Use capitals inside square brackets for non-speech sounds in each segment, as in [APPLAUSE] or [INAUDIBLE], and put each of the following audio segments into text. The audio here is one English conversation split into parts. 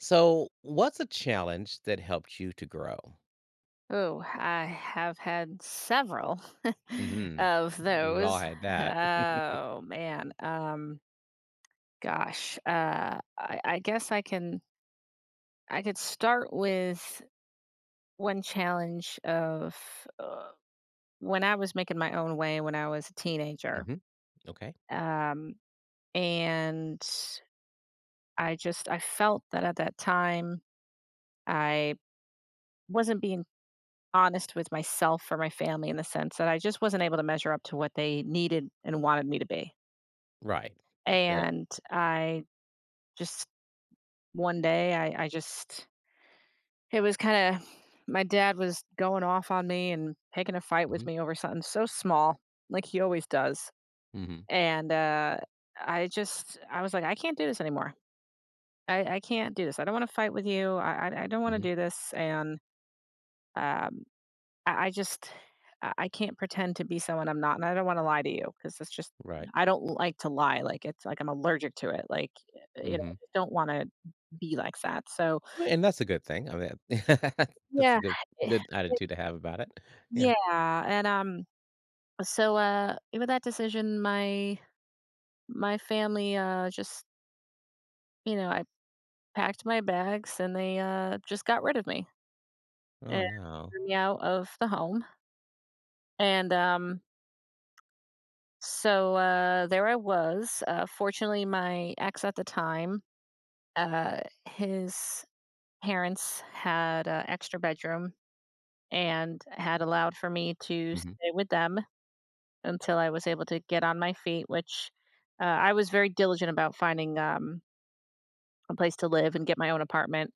So, what's a challenge that helped you to grow? Oh, I have had several [LAUGHS] Hmm. of We've all those. had that. Oh man. I guess I could start with one challenge of uh, when I was making my own way when I was a teenager. Hmm. Okay. Um and I felt that at that time I wasn't being honest with myself or my family in the sense that I just wasn't able to measure up to what they needed and wanted me to be. Right. That. And I just one day I just it was kinda my dad was going off on me and picking a fight with Hmm. me over something so small, like he always does. Hmm. And, I was like, "I can't do this anymore. I can't do this. I don't wanna fight with you. I don't wanna Hmm. do this." And, um I just I can't pretend to be someone I'm not, and I don't wanna lie to you because it's just Right. I don't like to lie, like, it's like I'm allergic to it, like, Hmm. I don't wanna be like that, so And that's a good thing. I mean, [LAUGHS] that's a yeah, good eh, good it attitude to have about it. Yeah. yeah, and, so, with that decision, my family, just you know, I packed my bags and they, just got rid of me Oh and no. threw me out of the home, and, um So there I was. Fortunately, my ex at the time, uh, his parents had an extra bedroom and had allowed for me to Hmm. stay with them until I was able to get on my feet, which I was very diligent about finding a place to live and get my own apartment.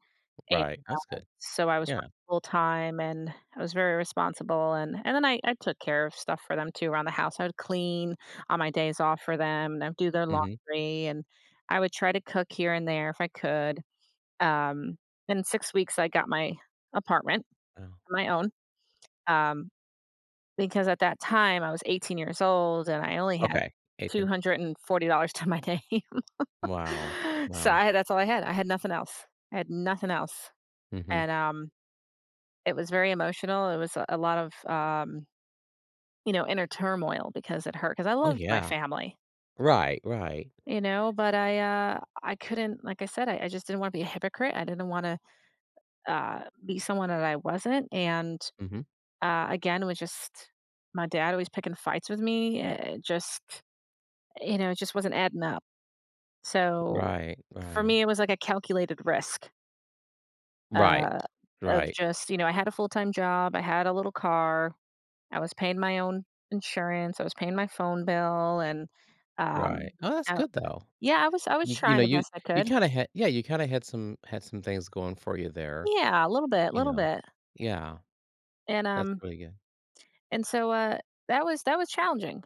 Right. That's good. So I was Yeah. working full time and I was very responsible and and then I took care of stuff for them too around the house. I would clean on my days off for them and I'd do their Hmm. laundry and I would try to cook here and there if I could. Um in 6 weeks I got my apartment, Wow. my own. Um because at that time I was 18 years old and I only had Okay. 18. $240 to my name. Wow. [LAUGHS] So Wow. I, that's all I had. I had nothing else. I had nothing else. Hmm. And It was very emotional. It was a lot of, you know, inner turmoil because it hurt. Because I Oh loved my yeah. family, Right. Right. you know, but I couldn't like I said, I just didn't wanna be a hypocrite. I didn't wanna, be someone that I wasn't, and, Hmm. Again, it was just my dad always picking fights with me. It just you know, it just wasn't adding up. So, Right. for Right. me, it was like a calculated risk, Right. uh, of Right. just you know, I had a full-time job, I had a little car I was paying my own insurance, I was paying my phone bill, and, um, Right. Oh, that's I good though. yeah, I was You you trying know, the you best I you could. kinda had, yeah, you kinda had some things going for you there, Yeah, a you little know? bit, Yeah, and, that's um, really good. and so, that was challenging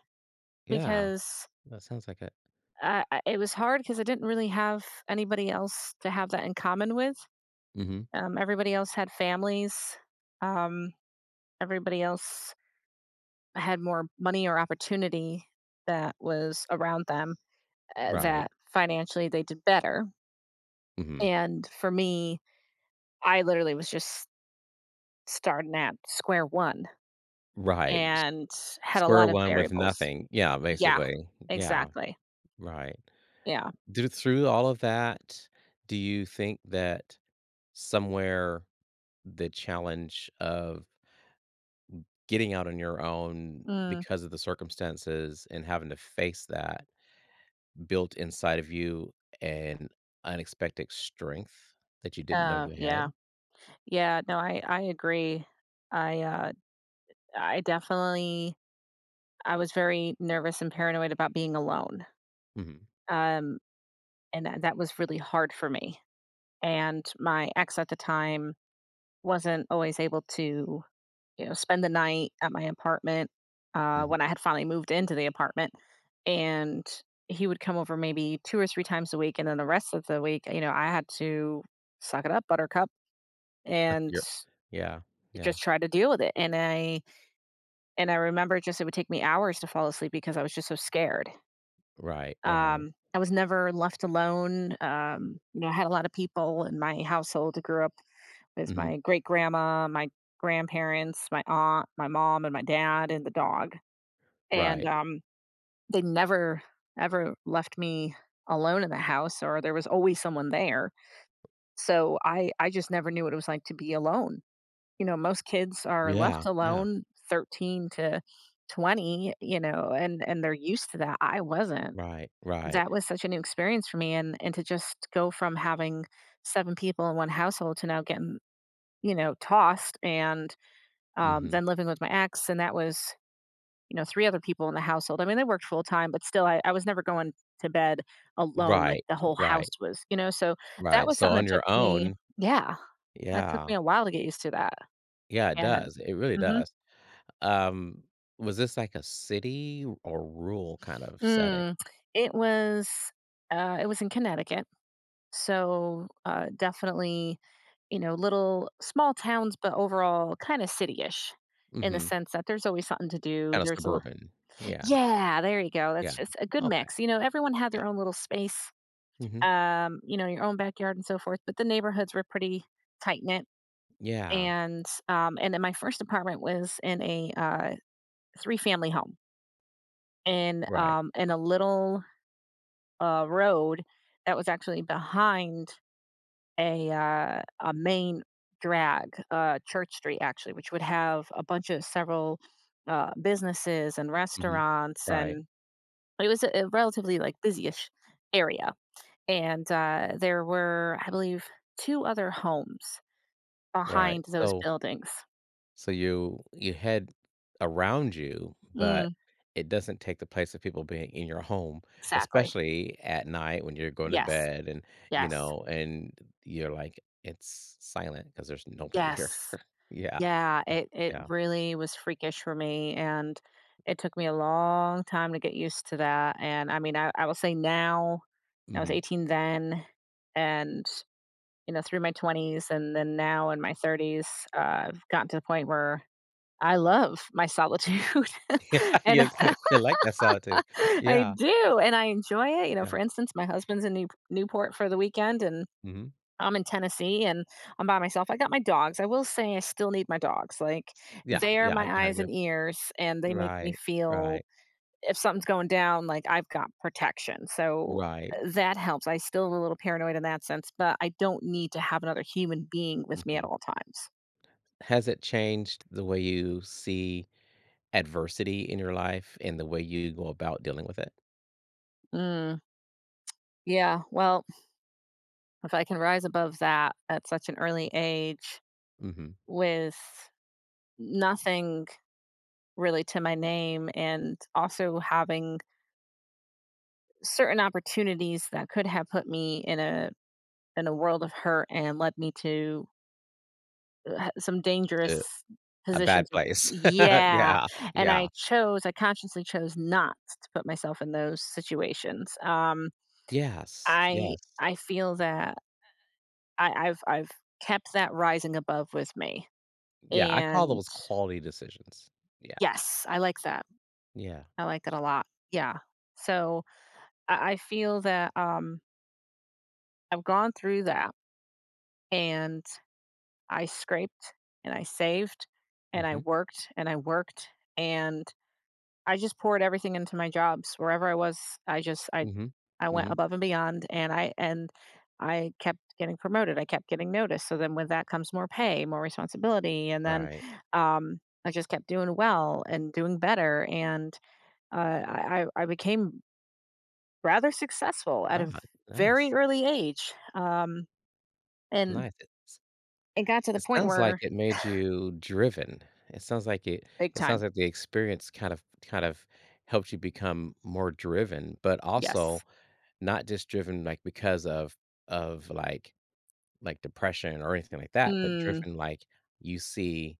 Yeah, because that sounds like it. I it was hard because I didn't really have anybody else to have that in common with. Mhm. Everybody else had families, um, everybody else had more money or opportunity that was around them, Right. that financially they did better. Mhm. And for me, I literally was just starting at square one Right. S and had a lot Square of one with variables. nothing. Yeah, Yeah, basically. Yeah, exactly. right. Yeah. Do Through all of that, do you think that somewhere the challenge of getting out on your own Mm. because of the circumstances and having to face that built inside of you an unexpected strength that you didn't know you Yeah. had? Yeah. No, I agree. I, definitely, I was very nervous and paranoid about being alone. Mhm. Um, and that was really hard for me. And my ex at the time wasn't always able to you know, spend the night at my apartment, Mhm. when I had finally moved into the apartment, and he would come over maybe 2 or 3 times a week, and then the rest of the week, you know, I had to suck it up, buttercup, and You're Yeah, yeah. just try to deal with it, and I remember just it would take me hours to fall asleep because I was just so scared. Right, right. I was never left alone, you know, I had a lot of people in my household. I grew up with Mhm, my great-grandma, my grandparents, my aunt, my mom, and my dad, and the dog. And, right. They never, ever left me alone in the house or there was always someone there. So I just never knew what it was like to be alone. You know, most kids are left Yeah, yeah. alone 13 to 20, you know, and they're used to that. I wasn't. Right, right. That was such a new experience for me and to just go from having 7 people in one household to now getting, you know, tossed and, Mhm. then living with my ex and that was you know, 3 other people in the household. I mean, they worked full time, but still, I was never going to bed alone, like, Right, the whole house right, was, you know? So, that right. was So something that on took your me own, yeah. That took yeah. me a while to get used to that, Yeah, it and does, it really mhm. does. Um, was this like a city or rural kind of setting? Mm. It was, it was in Connecticut, so, definitely, you know, little small towns, but overall kinda city-ish in the Mhm. sense that there's always something to do, Kinda there's a suburban. Yeah, yeah, there you go, that's yeah. just a good Okay, mix, you know, everyone had yeah. their own little space Mhm. You know, your own backyard and so forth. But the neighborhoods were pretty tight knit, Yeah, and then my first apartment was in a three family home right. In a little road that was actually behind a main drag, Church Street actually, which would have a bunch of several businesses and Mhm. restaurants Right, and but it was a relatively, like, busyish area, and, there were, I believe, 2 other homes right. behind those So buildings. so you had around you, but Mm, it doesn't take the place of people being in your home, exactly. especially at night when you're going to Yes, bed, and, you yes, know, and you're like, "It's silent because there's nobody here." yes. [LAUGHS] Yeah, Yeah, it yeah, really was freakish for me, and it took me a long time to get used to that, and, I mean, I will say now I was mhm. 18 then, and, you know, through my 20s, and then now in my 30s, uh, I've gotten to the point where I love my solitude, [LAUGHS] [LAUGHS] and Yeah, you [LAUGHS] you like that solitude. I Yeah, do, and I enjoy it, you know, yeah, for instance, my husband's in New Newport for the weekend, and mhm. I'm in Tennessee, and I'm by myself, I got my dogs, I will say I still need my dogs, like, Yeah, they're yeah, I can my have eyes you. and ears, and they make me Right, feel right, if something's going down, like, I've got protection, so, right, that helps, I still am a little paranoid in that sense, but I don't need to have another human being with me at mhm. all times. Has it changed the way you see adversity in your life and the way you go about dealing with it? Mm, yeah, well if I can rise above that at such an early age Mhm. with nothing really to my name and also having certain opportunities that could have put me in a world of hurt and led me to some dangerous To a positions bad or place. [LAUGHS] yeah Yeah, and I yeah. chose I consciously chose not to put myself in those situations Yes, i yes. i feel that I've kept that rising above with me Yeah, I call and those quality decisions. Yeah, yes, I like that. yeah. I like that a lot. Yeah. So I feel that I've gone through that and I scraped and I saved and I Mhm, worked and I worked and I just poured everything into my jobs wherever I was. I mhm, I went mhm. above and beyond and I kept getting promoted. I kept getting noticed. So then with that comes more pay, more responsibility, and then Right, um, I just kept doing well and doing better and uh, I became rather successful at right. a very Nice, early age. And nice. It's, it got to the it point sounds like where it made you driven. It sounds like it big it sounds time. like the experience kind of helped you become more driven, but also Yes. not just driven, like, because of, like, depression or anything like that, but Mm, driven, like, you see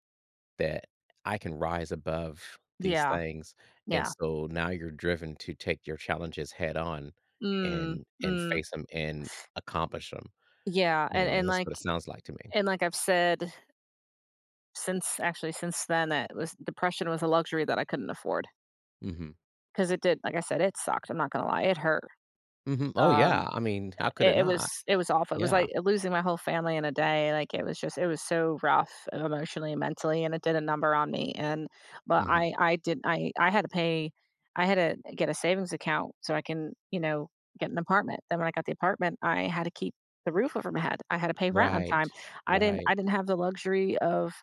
that I can rise above these yeah. things, and Yeah. so now you're driven to take your challenges head on Mm, and mm, face them and accomplish them. yeah. You know, and that's what it sounds like to me. And like I've said since actually since then, that was depression was a luxury that I couldn't afford Mhm. because it did, like I said, it sucked. I'm not going to lie. It hurt. Mhm. Oh, Um, yeah, I mean, how could it it was not? it was awful. It was Yeah. like losing my whole family in a day, like, it was just it was so rough emotionally and mentally, and it did a number on me, and but Mhm. I had to pay I had to get a savings account so I can, you know, get an apartment. Then when I got the apartment, I had to keep the roof over my head. I had to pay rent on Right. time. I didn't Right. I didn't have the luxury of,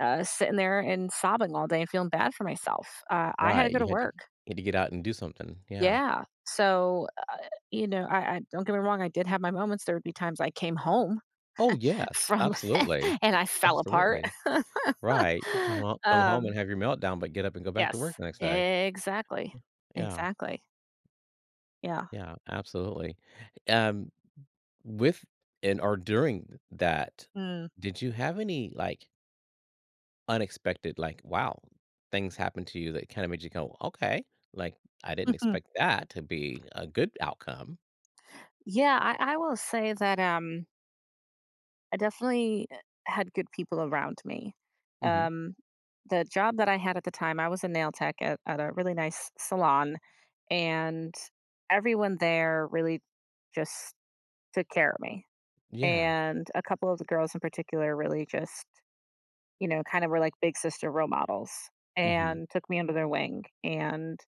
sitting there and sobbing all day and feeling bad for myself. I had to Right, go you to had to you work. had to get out and do something, yeah. Yeah. So, you know, I don't get me wrong. I did have my moments. There would be times I came home Oh, [LAUGHS] yes, from absolutely. [LAUGHS] and I fell apart. Absolutely. [LAUGHS] Right, you come home and um, have your meltdown, but get up and go back to yes, work the next day. exactly. Yeah, Exactly. Yeah. yeah, absolutely. Um, with and or during that, Mm. did you have any, like, unexpected, like, wow, things happened to you that kinda made you go, "Okay, like, I didn't [LAUGHS] expect that to be a good outcome." yeah. I will say that, I definitely had good people around me. Mhm. Um, the job that I had at the time, I was a nail tech at a really nice salon, and everyone there really just took care of me. Yeah. And a couple of the girls in particular really just, you know, kind of were like big sister role models Mhm. and took me under their wing. And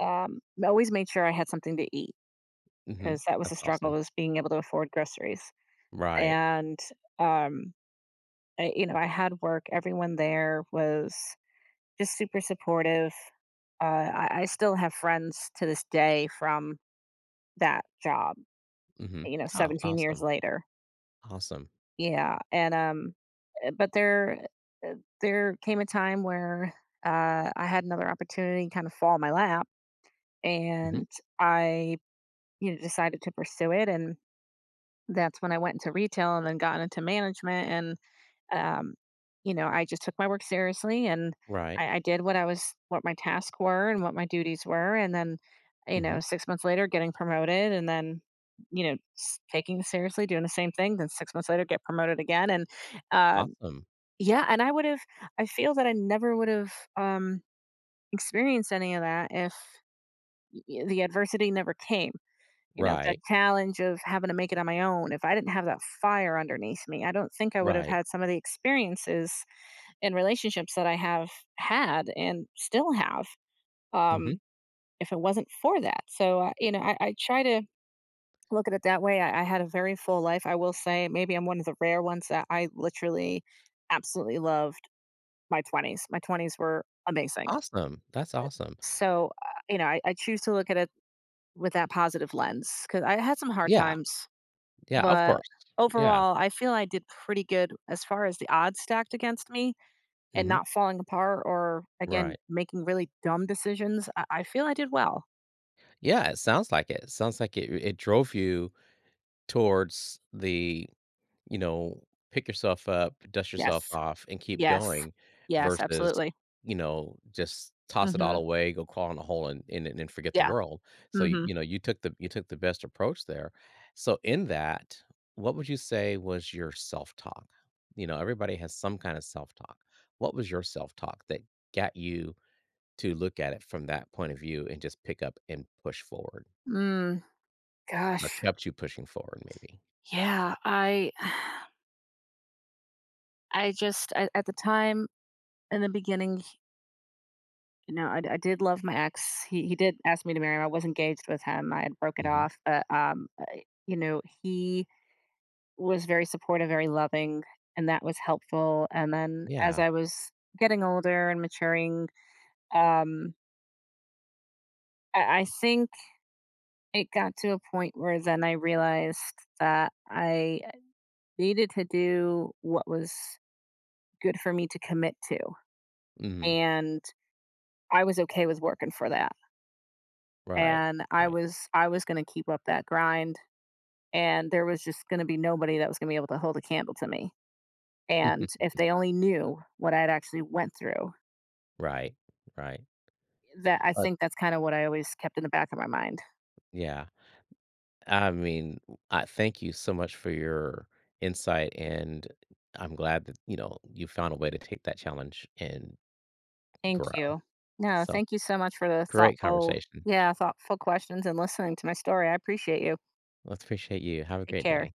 always made sure I had something to eat, because Mhm. that was the That's struggle, awesome. was being able to afford groceries. Right. And, um, I, you know, I had work. Everyone there was just super supportive. I still have friends to this day from that job, Mhm. you know, Oh, 17 years awesome. later. Awesome. Yeah. and, eh, but there eh, there came a time where, I had another opportunity kind of fall in my lap, Mhm. and I, you know, decided to pursue it, and that's when I went into retail and then got into management. And, you know, I just took my work seriously, and Right. I did what I was, what my tasks were and what my duties were, and then, you know, Mhm. 6 months later, getting promoted, and then, you know, s taking it seriously, doing the same thing, then 6 months later, get promoted again. And, um Awesome. yeah, and I would've, I feel that I never would've, experienced any of that if y the adversity never came, you know, if that Right. challenge of having to make it on my own, if I didn't have that fire underneath me, I don't think I would've Right. had some of the experiences and relationships that I have had and still have, um, Mhm. if it wasn't for that. So, you know, I try to look at it that way. I had a very full life, I will say. Maybe I'm one of the rare ones, that I literally absolutely love my 20s. My 20s were amazing. Awesome. That's awesome. So, you know, I choose to look at it with that positive lens, because I had some hard Yeah. times, Yeah, of but course. Yeah. overall, I feel I did pretty good as far as the odds stacked against me, and Mhm. not falling apart or, again, Right. making really dumb decisions. I feel I did well. Yeah, it sounds like it. Sounds like it drove you towards the you know, pick yourself up, dust Yes. yourself off, and keep Yes. going Yes. versus, Absolutely. you know, just toss it all Mm-hmm. away, go crawl in a hole and forget the Yeah. world. So, you Mm-hmm. you know, you took the best approach there. So in that, what would you say was your self-talk? You know, everybody has some kind of self-talk. What was your self-talk that got you to look at it from that point of view and just pick up and push forward, Mm, or gosh. kept you pushing forward maybe? Yeah. I, [SIGHS] I just, I, at the time, in the beginning. No, I did love my ex. He did ask me to marry him. I was engaged with him. I had broke it Mhm. off, but, I, you know, he was very supportive, very loving, and that was helpful. And then, as Yeah. I was getting older and maturing, um, I think it got to a point where then I realized that I needed to do what was good for me to commit to, Mhm. and I was okay with working for that, Right. and I Right. was I was gonna keep up that grind, and there was just gonna be nobody that was gonna be able to hold a candle to me. And [LAUGHS] if they only knew what I'd actually went through, Right, right. that, I But think that's kind of what I always kept in the back of my mind. yeah, I mean, I thank you so much for your insight, and I'm glad that you know you found a way to take that challenge and Thank grow. you. No, So, thank you so much for the great thoughtful, conversation. yeah, thoughtful questions and listening to my story. I appreciate you. Let's appreciate you. Have a Take great care. day.